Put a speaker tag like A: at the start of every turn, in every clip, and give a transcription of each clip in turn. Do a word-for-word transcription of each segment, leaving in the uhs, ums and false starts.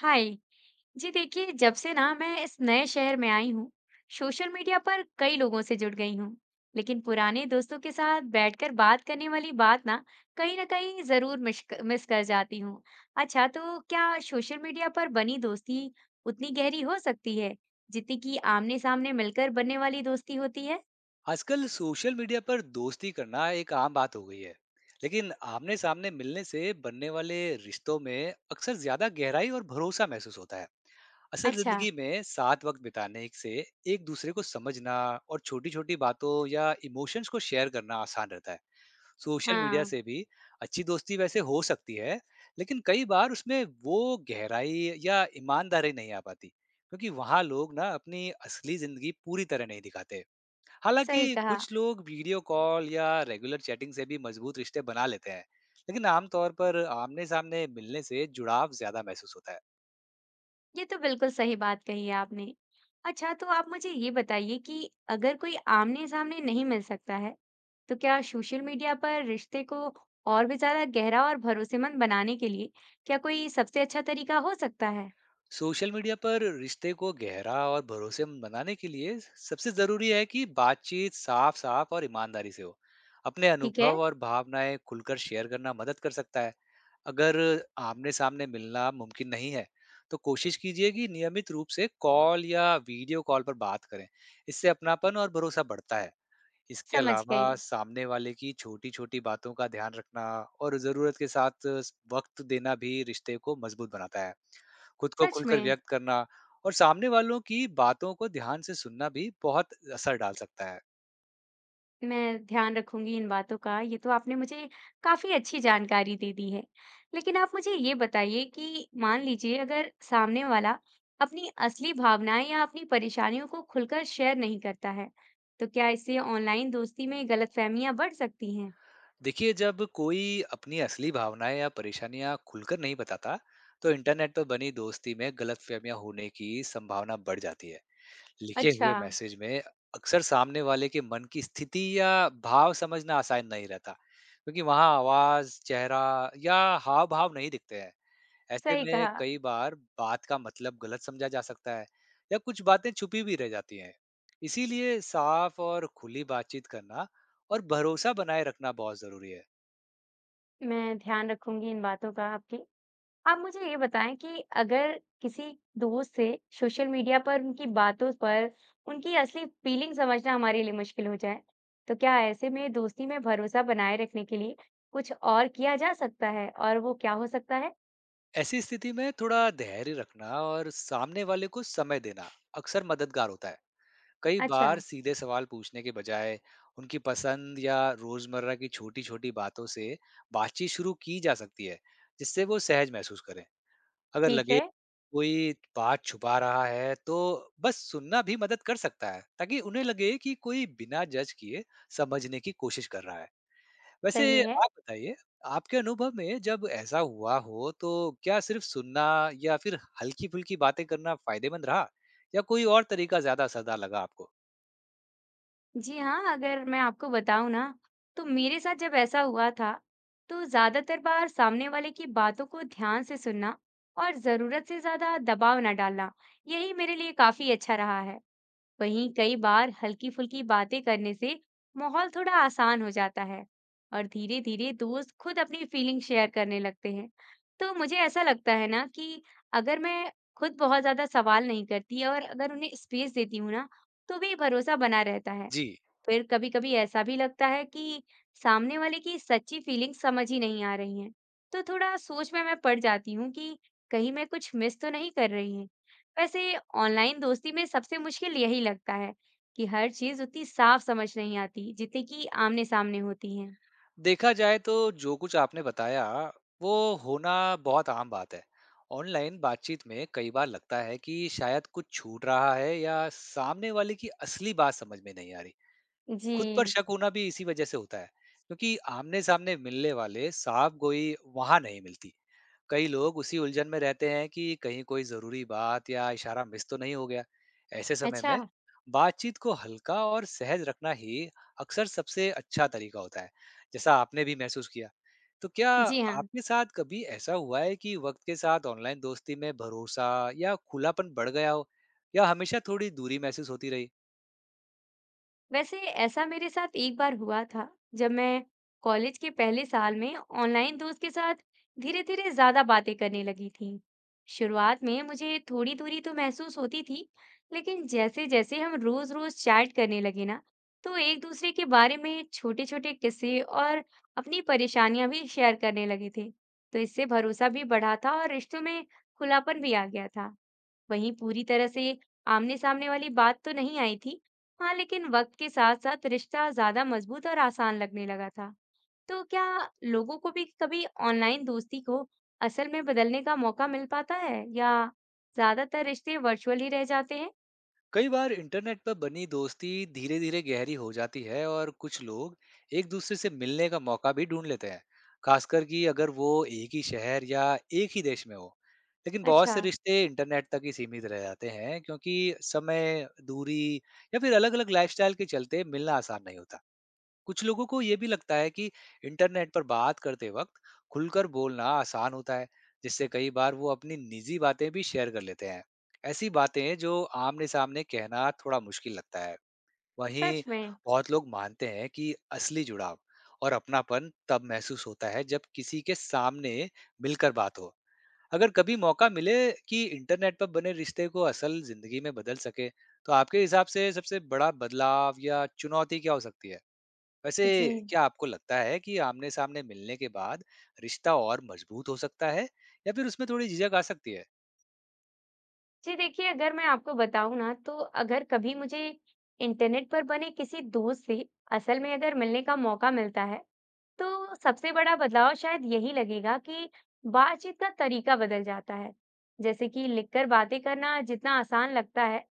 A: हाय जी। देखिए जब से ना मैं इस नए शहर में आई हूँ, सोशल मीडिया पर कई लोगों से जुड़ गई हूँ। लेकिन पुराने दोस्तों के साथ बैठकर बात करने वाली बात ना, कहीं ना कहीं जरूर मिस मिस कर जाती हूँ। अच्छा, तो क्या सोशल मीडिया पर बनी दोस्ती उतनी गहरी हो सकती है, जितनी कि आमने सामने मिलकर बनने वाली दोस्ती होती है?
B: आजकल सोशल मीडिया पर दोस्ती करना एक आम बात हो गई है। लेकिन आमने सामने मिलने से बनने वाले रिश्तों में अक्सर ज्यादा गहराई और भरोसा महसूस होता है। असल
A: अच्छा।
B: जिंदगी में साथ वक्त बिताने से एक दूसरे को समझना और छोटी छोटी बातों या इमोशंस को शेयर करना आसान रहता है। सोशल मीडिया
A: हाँ।
B: से भी अच्छी दोस्ती वैसे हो सकती है, लेकिन कई बार उसमें वो गहराई या ईमानदारी नहीं आ पाती, क्योंकि वहाँ लोग ना अपनी असली जिंदगी पूरी तरह नहीं दिखाते।
A: सही
B: हालांकि
A: कहा।
B: कुछ लोग वीडियो कॉल या रेगुलर चैटिंग से भी मजबूत रिश्ते बना लेते हैं, लेकिन आमतौर पर आमने सामने मिलने से जुड़ाव ज्यादा महसूस होता है।
A: ये तो बिल्कुल सही बात कही है आपने। अच्छा, तो आप मुझे ये बताइए कि अगर कोई आमने-सामने नहीं मिल सकता है, तो क्या सोशल मीडिया पर रिश्ते को और भी ज़्यादा गहरा और भरोसेमंद बनाने के लिए क्या कोई सबसे अच्छा तरीका हो सकता है?
B: सोशल मीडिया पर रिश्ते को गहरा और भरोसेमंद बनाने के लिए सबसे जरूरी है कि बातचीत साफ साफ और ईमानदारी से हो। अपने
A: ठीक है।
B: अनुभव और भावनाएं खुलकर शेयर करना मदद कर सकता है। अगर आमने सामने मिलना मुमकिन नहीं है, तो कोशिश कीजिए कि नियमित रूप से कॉल या वीडियो कॉल पर बात करें। इससे अपनापन और भरोसा बढ़ता है। इसके
A: समझ
B: अलावा
A: गई।
B: सामने वाले की छोटी-छोटी बातों का ध्यान रखना और ज़रूरत के साथ स वक़्त देना भी रिश्ते को मज़बूत बनाता है। खुद को
A: सच
B: खुलकर
A: में।
B: व्यक्त करना और सामने वालों की बातों को ध्यान से सुनना भी बहुत असर डाल सकता है।
A: मैं ध्यान रखूंगी इन बातों का। ये तो आपने मुझे काफी अच्छी जानकारी दे दी है। लेकिन आप मुझे ये बताइए कि मान लीजिए अगर सामने वाला अपनी असली भावनाएं या अपनी परेशानियों को खुलकर शेयर नहीं करता है, तो क्या इससे ऑनलाइन दोस्ती में गलतफहमियां बढ़ सकती हैं?
B: देखिए, जब कोई अपनी असली भावनाएँ या परेशानियाँ खुलकर नहीं बताता, तो इंटरनेट पर बनी दोस्ती में गलतफ़हमियाँ होने की संभावना बढ़ जाती है। लिखे
A: अच्छा।
B: हुए मैसेज में अक्सर सामने वाले के मन की स्थिति या भाव समझना आसान नहीं रहता, क्योंकि वहां आवाज, चेहरा या हाव भाव नहीं दिखते हैं। ऐसे
A: सही
B: में
A: कहा।
B: कई बार बात का मतलब गलत समझा जा सकता है या कुछ बातें छुपी भी रह जाती हैं। इसीलिए साफ और खुली बातचीत करना और भरोसा बनाए रखना बहुत जरूरी है।
A: मैं ध्यान रखूंगी इन बातों का। आपके आप मुझे ये बताएं कि अगर किसी दोस्त से सोशल मीडिया पर उनकी बातों पर उनकी असली फीलिंग समझना हमारे लिए मुश्किल हो जाए, तो क्या ऐसे में दोस्ती में भरोसा बनाए रखने के लिए कुछ और किया जा सकता है, और वो क्या हो सकता है?
B: ऐसी स्थिति में थोड़ा धैर्य रखना और सामने वाले को समय देना अक्सर मददगार होता है। कई
A: अच्छा।
B: बार सीधे सवाल पूछने के बजाय उनकी पसंद या रोजमर्रा की छोटी छोटी बातों से बातचीत शुरू की जा सकती है, जिससे वो सहज महसूस करें। अगर
A: ठीक
B: लगे
A: है।
B: कोई बात छुपा रहा है, तो बस सुनना भी मदद कर सकता है, ताकि उन्हें लगे कि कोई बिना जज किए समझने की कोशिश कर रहा है। वैसे
A: सही है।
B: आप बताइए, आपके अनुभव में जब ऐसा हुआ हो, तो क्या सिर्फ सुनना या फिर हल्की फुल्की बातें करना फायदेमंद रहा, या कोई और तरीका ज्यादा असरदार लगा आपको?
A: जी हाँ, अगर मैं आपको बताऊं ना, तो मेरे साथ जब ऐसा हुआ था, तो ज्यादातर बार सामने वाले की बातों को ध्यान से सुनना और जरूरत से ज्यादा दबाव ना डालना, यही मेरे लिए काफी अच्छा रहा है। वहीं कई बार हल्की फुल्की बातें करने से माहौल थोड़ा आसान हो जाता है और धीरे धीरे दोस्त खुद अपनी फीलिंग शेयर करने लगते हैं। तो मुझे ऐसा लगता है ना कि अगर मैं खुद बहुत ज्यादा सवाल नहीं करती और अगर उन्हें स्पेस देती हूँ ना, तो भी भरोसा बना रहता है।
B: जी,
A: फिर कभी-कभी ऐसा भी लगता है कि सामने वाले की सच्ची फीलिंग्स समझ ही नहीं आ रही हैं, तो थोड़ा सोच में मैं पड़ जाती हूँ कि कहीं मैं कुछ मिस तो नहीं कर रही हूँ। वैसे ऑनलाइन दोस्ती में सबसे मुश्किल यही लगता है कि हर चीज़ उतनी साफ समझ नहीं आती, जितनी कि आमने-सामने होती है।
B: देखा जाए तो जो कुछ आपने बताया, वो होना बहुत आम बात है। ऑनलाइन बातचीत में कई बार लगता है कि शायद कुछ छूट रहा है या सामने वाले की असली बात समझ में नहीं आ रही।
A: जी।
B: खुद पर शक होना भी इसी वजह से होता है, क्योंकि आमने-सामने मिलने वाले साफ गोई वहाँ नहीं मिलती। कई लोग उसी उलझन में रहते हैं कि कहीं कोई जरूरी बात या इशारा मिस तो नहीं हो गया। ऐसे समय
A: अच्छा।
B: में बातचीत को हल्का और सहज रखना ही अक्सर सबसे अच्छा तरीका होता है, जैसा आपने भी महसूस किया। तो क्या
A: जी हाँ।
B: आपके साथ कभी ऐसा हुआ है कि वक्त के साथ ऑनलाइन दोस्ती में भरोसा या खुलापन बढ़ गया हो, या हमेशा थोड़ी दूरी महसूस होती रही?
A: वैसे ऐसा मेरे साथ एक बार हुआ था, जब मैं कॉलेज के पहले साल में ऑनलाइन दोस्त के साथ धीरे धीरे ज्यादा बातें करने लगी थी। शुरुआत में मुझे थोड़ी दूरी तो महसूस होती थी, लेकिन जैसे जैसे हम रोज रोज चैट करने लगे ना, तो एक दूसरे के बारे में छोटे छोटे किस्से और अपनी परेशानियां भी शेयर करने लगे थे। तो इससे भरोसा भी बढ़ा था और रिश्तों में खुलापन भी आ गया था। वहीं पूरी तरह से आमने-सामने वाली बात तो नहीं आई थी। हाँ, लेकिन वक्त के साथ-साथ रिश्ता ज़्यादा मजबूत और आसान लगने लगा था। तो क्या लोगों को भी कभी ऑनलाइन दोस्ती को असल में बदलने का मौका मिल पाता है, या ज़्यादातर रिश्ते वर्चुअल ही रह जाते हैं?
B: कई बार इंटरनेट पर बनी दोस्ती धीरे धीरे गहरी हो जाती है और कुछ लोग एक दूसरे से मिलने का मौका भी ढूंढ लेते हैं, खासकर कि अगर वो एक ही शहर या एक ही देश में हो। लेकिन बहुत
A: अच्छा।
B: से रिश्ते इंटरनेट तक ही सीमित रह जाते हैं, क्योंकि समय, दूरी या फिर अलग अलग लाइफस्टाइल के चलते मिलना आसान नहीं होता। कुछ लोगों को ये भी लगता है कि इंटरनेट पर बात करते वक्त खुलकर बोलना आसान होता है, जिससे कई बार वो अपनी निजी बातें भी शेयर कर लेते हैं। ऐसी बातें जो आमने-सामने कहना थोड़ा मुश्किल लगता है। वहीं
A: सच में?
B: बहुत लोग मानते हैं कि असली जुड़ाव और अपनापन तब महसूस होता है जब किसी के सामने मिलकर बात हो। अगर कभी मौका मिले कि इंटरनेट पर बने रिश्ते को असल जिंदगी में बदल सके, तो आपके हिसाब से सबसे बड़ा बदलाव या चुनौती क्या हो सकती है? वैसे
A: जी।
B: क्या आपको लगता है कि आमने-सामने मिलने के बाद रिश्ता और मजबूत हो सकता है, या फिर उसमें थोड़ी झिझक आ सकती है?
A: जी देखिए, अगर मैं आपको बताऊँ ना, तो अगर कभी मुझे इंटरनेट पर बने किसी दोस्त से असल में अगर मिलने का मौका मिलता है, तो सबसे बड़ा बदलाव शायद यही लगेगा कि बातचीत का तरीका बदल जाता है। जैसे कि लिखकर बातें करना जितना आसान लगता है,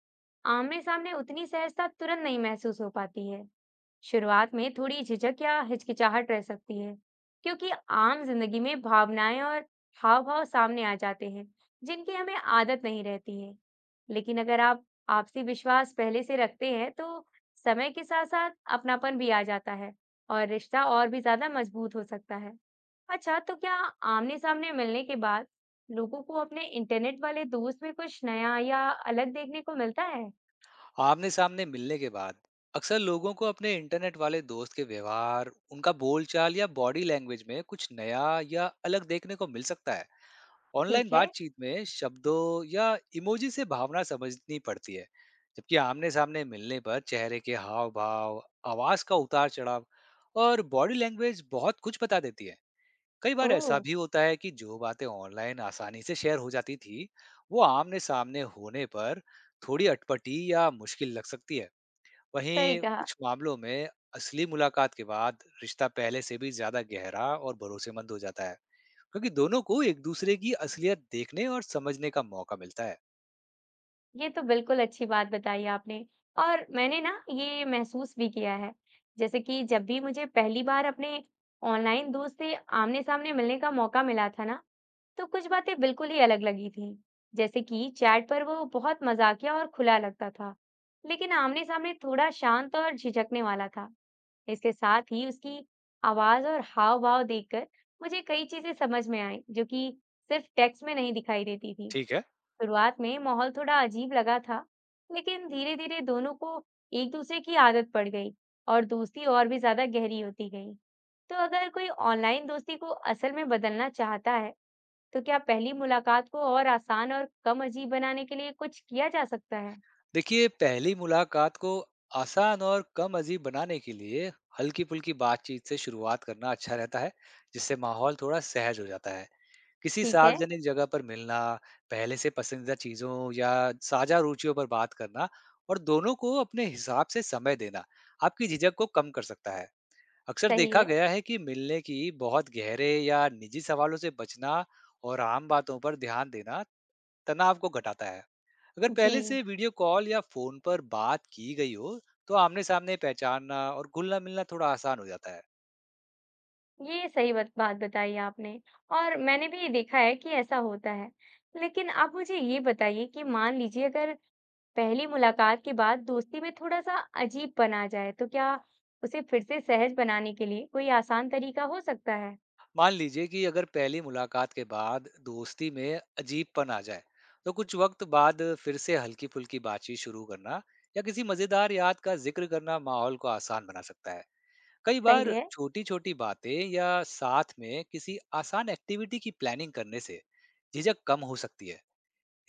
A: आमने सामने उतनी सहजता तुरंत नहीं महसूस हो पाती है। शुरुआत में थोड़ी झिझक या हिचकिचाहट रह सकती है, क्योंकि आम जिंदगी में भावनाएं और हाव भाव सामने आ जाते हैं, जिनकी हमें आदत नहीं रहती है। लेकिन अगर आप आपसी विश्वास पहले से रखते हैं, तो समय के साथ साथ अपनापन भी आ जाता है और रिश्ता और भी ज्यादा मजबूत हो सकता है। अच्छा, तो क्या आमने-सामने मिलने के बाद लोगों को अपने इंटरनेट वाले दोस्त में कुछ नया या अलग देखने को मिलता है?
B: आमने-सामने मिलने के बाद अक्सर लोगों को अपने इंटरनेट वाले दोस्त के व्यवहार, उनका बोलचाल या बॉडी लैंग्वेज में कुछ नया या अलग देखने को मिल सकता है। ऑनलाइन
A: ठीक है।
B: बातचीत में शब्दों या इमोजी से भावना समझनी पड़ती है, जबकि आमने-सामने मिलने पर चेहरे के हाव-भाव, आवाज का उतार-चढ़ाव और बॉडी लैंग्वेज बहुत कुछ बता देती है। कई बार
A: ओह!
B: ऐसा भी होता है कि जो बातें ऑनलाइन आसानी से शेयर हो जाती थी, वो आमने सामने होने पर थोड़ी अटपटी या मुश्किल लग सकती है।
A: सही
B: वहीं
A: कहा।
B: कुछ मामलों में असली मुलाकात के बाद रिश्ता पहले से भी ज्यादा गहरा और भरोसेमंद हो जाता है, क्योंकि दोनों को एक दूसरे की असलियत देखने और समझने का मौका मिलता है।
A: ये तो बिल्कुल अच्छी बात बताई आपने। और मैंने ना ये महसूस भी किया है, जैसे कि जब भी मुझे पहली बार अपने ऑनलाइन दोस्त से आमने-सामने मिलने का मौका मिला था ना, तो कुछ बातें बिल्कुल ही अलग लगी थीं। जैसे कि चैट पर वो बहुत मजाकिया और खुला लगता था, लेकिन आमने-सामने थोड़ा शांत और झिझकने वाला था। इसके साथ ही उसकी आवाज़ और हाव-भाव देखकर मुझे कई चीज़ें समझ में आईं, जो कि सिर्फ टेक्स्ट में नहीं दिखाई देती थीं।
B: ठीक है,
A: शुरुआत में माहौल थोड़ा अजीब लगा था, लेकिन धीरे-धीरे दोनों को एक दूसरे की आदत पड़ गई और दोस्ती और भी ज्यादा गहरी होती गई। तो अगर कोई ऑनलाइन दोस्ती को असल में बदलना चाहता है, तो क्या पहली मुलाकात को और आसान और कम अजीब बनाने के लिए कुछ किया जा सकता है?
B: देखिए पहली मुलाकात को आसान और कम अजीब बनाने के लिए हल्की फुल्की बातचीत से शुरुआत करना अच्छा रहता है, जिससे माहौल थोड़ा सहज हो जाता है। किसी
A: ठीक है।
B: सार्वजनिक जगह पर मिलना, पहले से पसंदीदा चीज़ों या साझा रुचियों पर बात करना और दोनों को अपने हिसाब से समय देना, आपकी झिझक को कम कर सकता है। अक्सर
A: सही
B: देखा
A: है।
B: गया है कि मिलने की बहुत गहरे या निजी सवालों से बचना और आम बातों पर ध्यान देना तनाव को घटाता है। अगर पहले
A: जी,
B: से वीडियो कॉल या फ़ोन पर बात की गई हो, तो आमने-सामने पहचानना और घुलना-मिलना थोड़ा आसान हो जाता है।
A: ये सही बत- बात बताई आपने और मैंने भी ये देखा है कि ऐसा होता है। लेकिन आप मुझे ये बताइए कि मान लीजिए अगर पहली मुलाकात के बाद दोस्ती में थोड़ा सा अजीब बना जाए, तो क्या उसे फिर से सहज बनाने के लिए कोई आसान तरीका हो सकता है?
B: मान लीजिए कि अगर पहली मुलाकात के बाद दोस्ती में अजीबपन आ जाए, तो कुछ वक्त बाद फिर से हल्की फुल्की बातचीत शुरू करना या किसी मजेदार याद का जिक्र करना माहौल को आसान बना सकता है। कई
A: सही
B: बार
A: है।
B: छोटी छोटी बातें या साथ में किसी आसान एक्टिविटी की प्लानिंग करने से झिझक कम हो सकती है।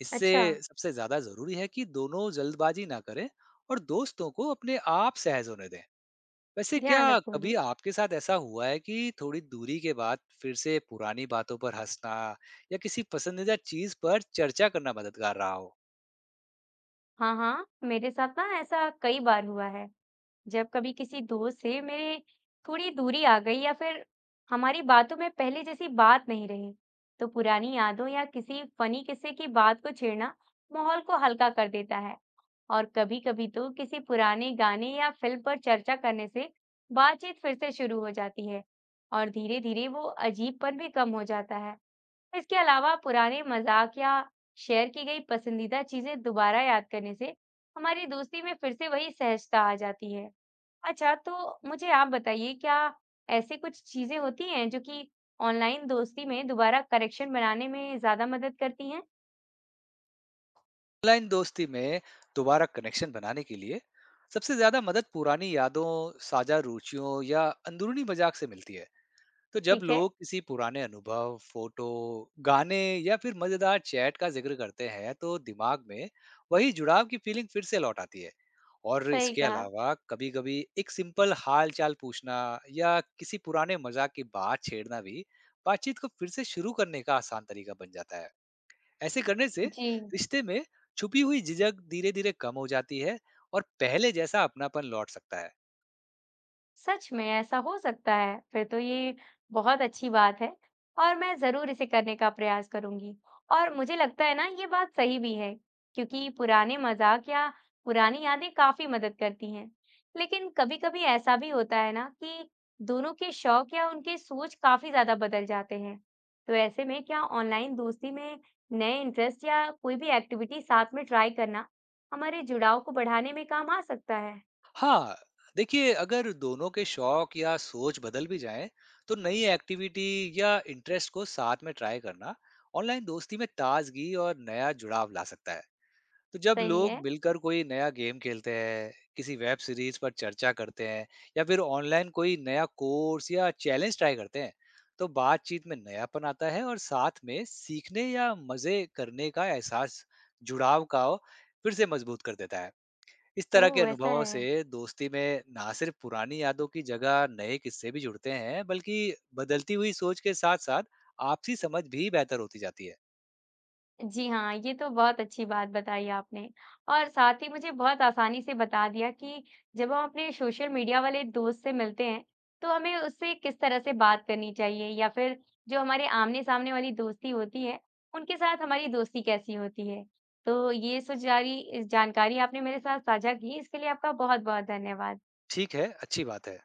B: इससे
A: अच्छा।
B: सबसे ज्यादा जरूरी है कि दोनों जल्दबाजी ना करें और दोस्तों को अपने आप सहज होने दें। वैसे क्या
A: ध्यान
B: कभी
A: रखूंगी।
B: आपके साथ ऐसा हुआ है कि थोड़ी दूरी के बाद फिर से पुरानी बातों पर हंसना या किसी पसंदीदा चीज पर चर्चा करना मददगार रहा हो?
A: हाँ, हाँ, मेरे साथ ना ऐसा कई बार हुआ है। जब कभी किसी दोस्त से मेरे थोड़ी दूरी आ गई या फिर हमारी बातों में पहले जैसी बात नहीं रही, तो पुरानी यादों या किसी फनी किस्से की बात को छेड़ना माहौल को हल्का कर देता है। और कभी-कभी तो किसी पुराने गाने या फिल्म पर चर्चा करने से बातचीत फिर से शुरू हो जाती है और धीरे-धीरे वो अजीबपन भी कम हो जाता है। इसके अलावा पुराने मजाक या शेयर की गई पसंदीदा चीजें दोबारा याद करने से हमारी दोस्ती में फिर से वही सहजता आ जाती है। अच्छा, तो मुझे आप बताइए, क्या ऐसे कुछ चीजें होती हैं जो कि ऑनलाइन दोस्ती में दोबारा कनेक्शन बनाने में ज्यादा मदद करती हैं?
B: ऑनलाइन दोस्ती में दोबारा कनेक्शन बनाने के लिए सबसे ज्यादा मदद पुरानी यादों, साझा रुचियों या अंदरूनी मजाक से मिलती है। तो जब
A: ठीक है।
B: लोग किसी पुराने अनुभव, फोटो, गाने या फिर मजेदार चैट का जिक्र करते हैं, तो दिमाग में वही जुड़ाव की फीलिंग फिर से लौट आती है। और
A: सही
B: इसके
A: कहा।
B: अलावा कभी-कभी एक सिंपल हाल-चाल पूछना या किसी पुराने मजाक की बात छेड़ना भी बातचीत को फिर से शुरू करने का आसान तरीका बन जाता है। ऐसे करने से
A: जी।
B: रिश्ते में छुपी हुई झिझक धीरे-धीरे कम हो जाती है और पहले जैसा अपनापन लौट सकता है।
A: सच में ऐसा हो सकता है फिर तो? ये बहुत अच्छी बात है और मैं जरूर इसे करने का प्रयास करूंगी। और मुझे लगता है ना ये बात सही भी है, क्योंकि पुराने मजाक या पुरानी यादें काफी मदद करती हैं। लेकिन कभी-कभी ऐसा भी होता है ना कि दोनों के शौक या उनके सोच काफी ज्यादा बदल जाते हैं। तो ऐसे में क्या ऑनलाइन दोस्ती में नए इंटरेस्ट या कोई भी एक्टिविटी साथ में ट्राई करना हमारे जुड़ाव को बढ़ाने में काम आ सकता है?
B: हाँ, देखिए अगर दोनों के शौक या सोच बदल भी जाएं, तो नई एक्टिविटी या इंटरेस्ट को साथ में ट्राई करना ऑनलाइन दोस्ती में ताजगी और नया जुड़ाव ला सकता है। तो जब
A: सही
B: लोग
A: है।
B: मिलकर कोई नया गेम खेलते हैं, किसी वेब सीरीज पर चर्चा करते हैं, या फिर ऑनलाइन कोई नया कोर्स या चैलेंज ट्राई करते हैं, तो बातचीत में नयापन आता है और साथ में सीखने या मजे करने का एहसास जुड़ाव का फिर से मजबूत कर देता है। इस तरह के
A: ओह, ऐसा
B: अनुभवों
A: है।
B: से दोस्ती में ना सिर्फ पुरानी यादों की जगह नए किस्से भी जुड़ते हैं, बल्कि बदलती हुई सोच के साथ साथ आपसी समझ भी बेहतर होती जाती है।
A: जी हाँ, ये तो बहुत अच्छी बात बताई आपने। और साथ ही मुझे बहुत आसानी से बता दिया कि जब हम अपने सोशल मीडिया वाले दोस्त से मिलते हैं, तो हमें उससे किस तरह से बात करनी चाहिए, या फिर जो हमारे आमने-सामने वाली दोस्ती होती है, उनके साथ हमारी दोस्ती कैसी होती है। तो ये सारी जानकारी आपने मेरे साथ साझा की, इसके लिए आपका बहुत-बहुत धन्यवाद।
B: ठीक है, अच्छी बात है।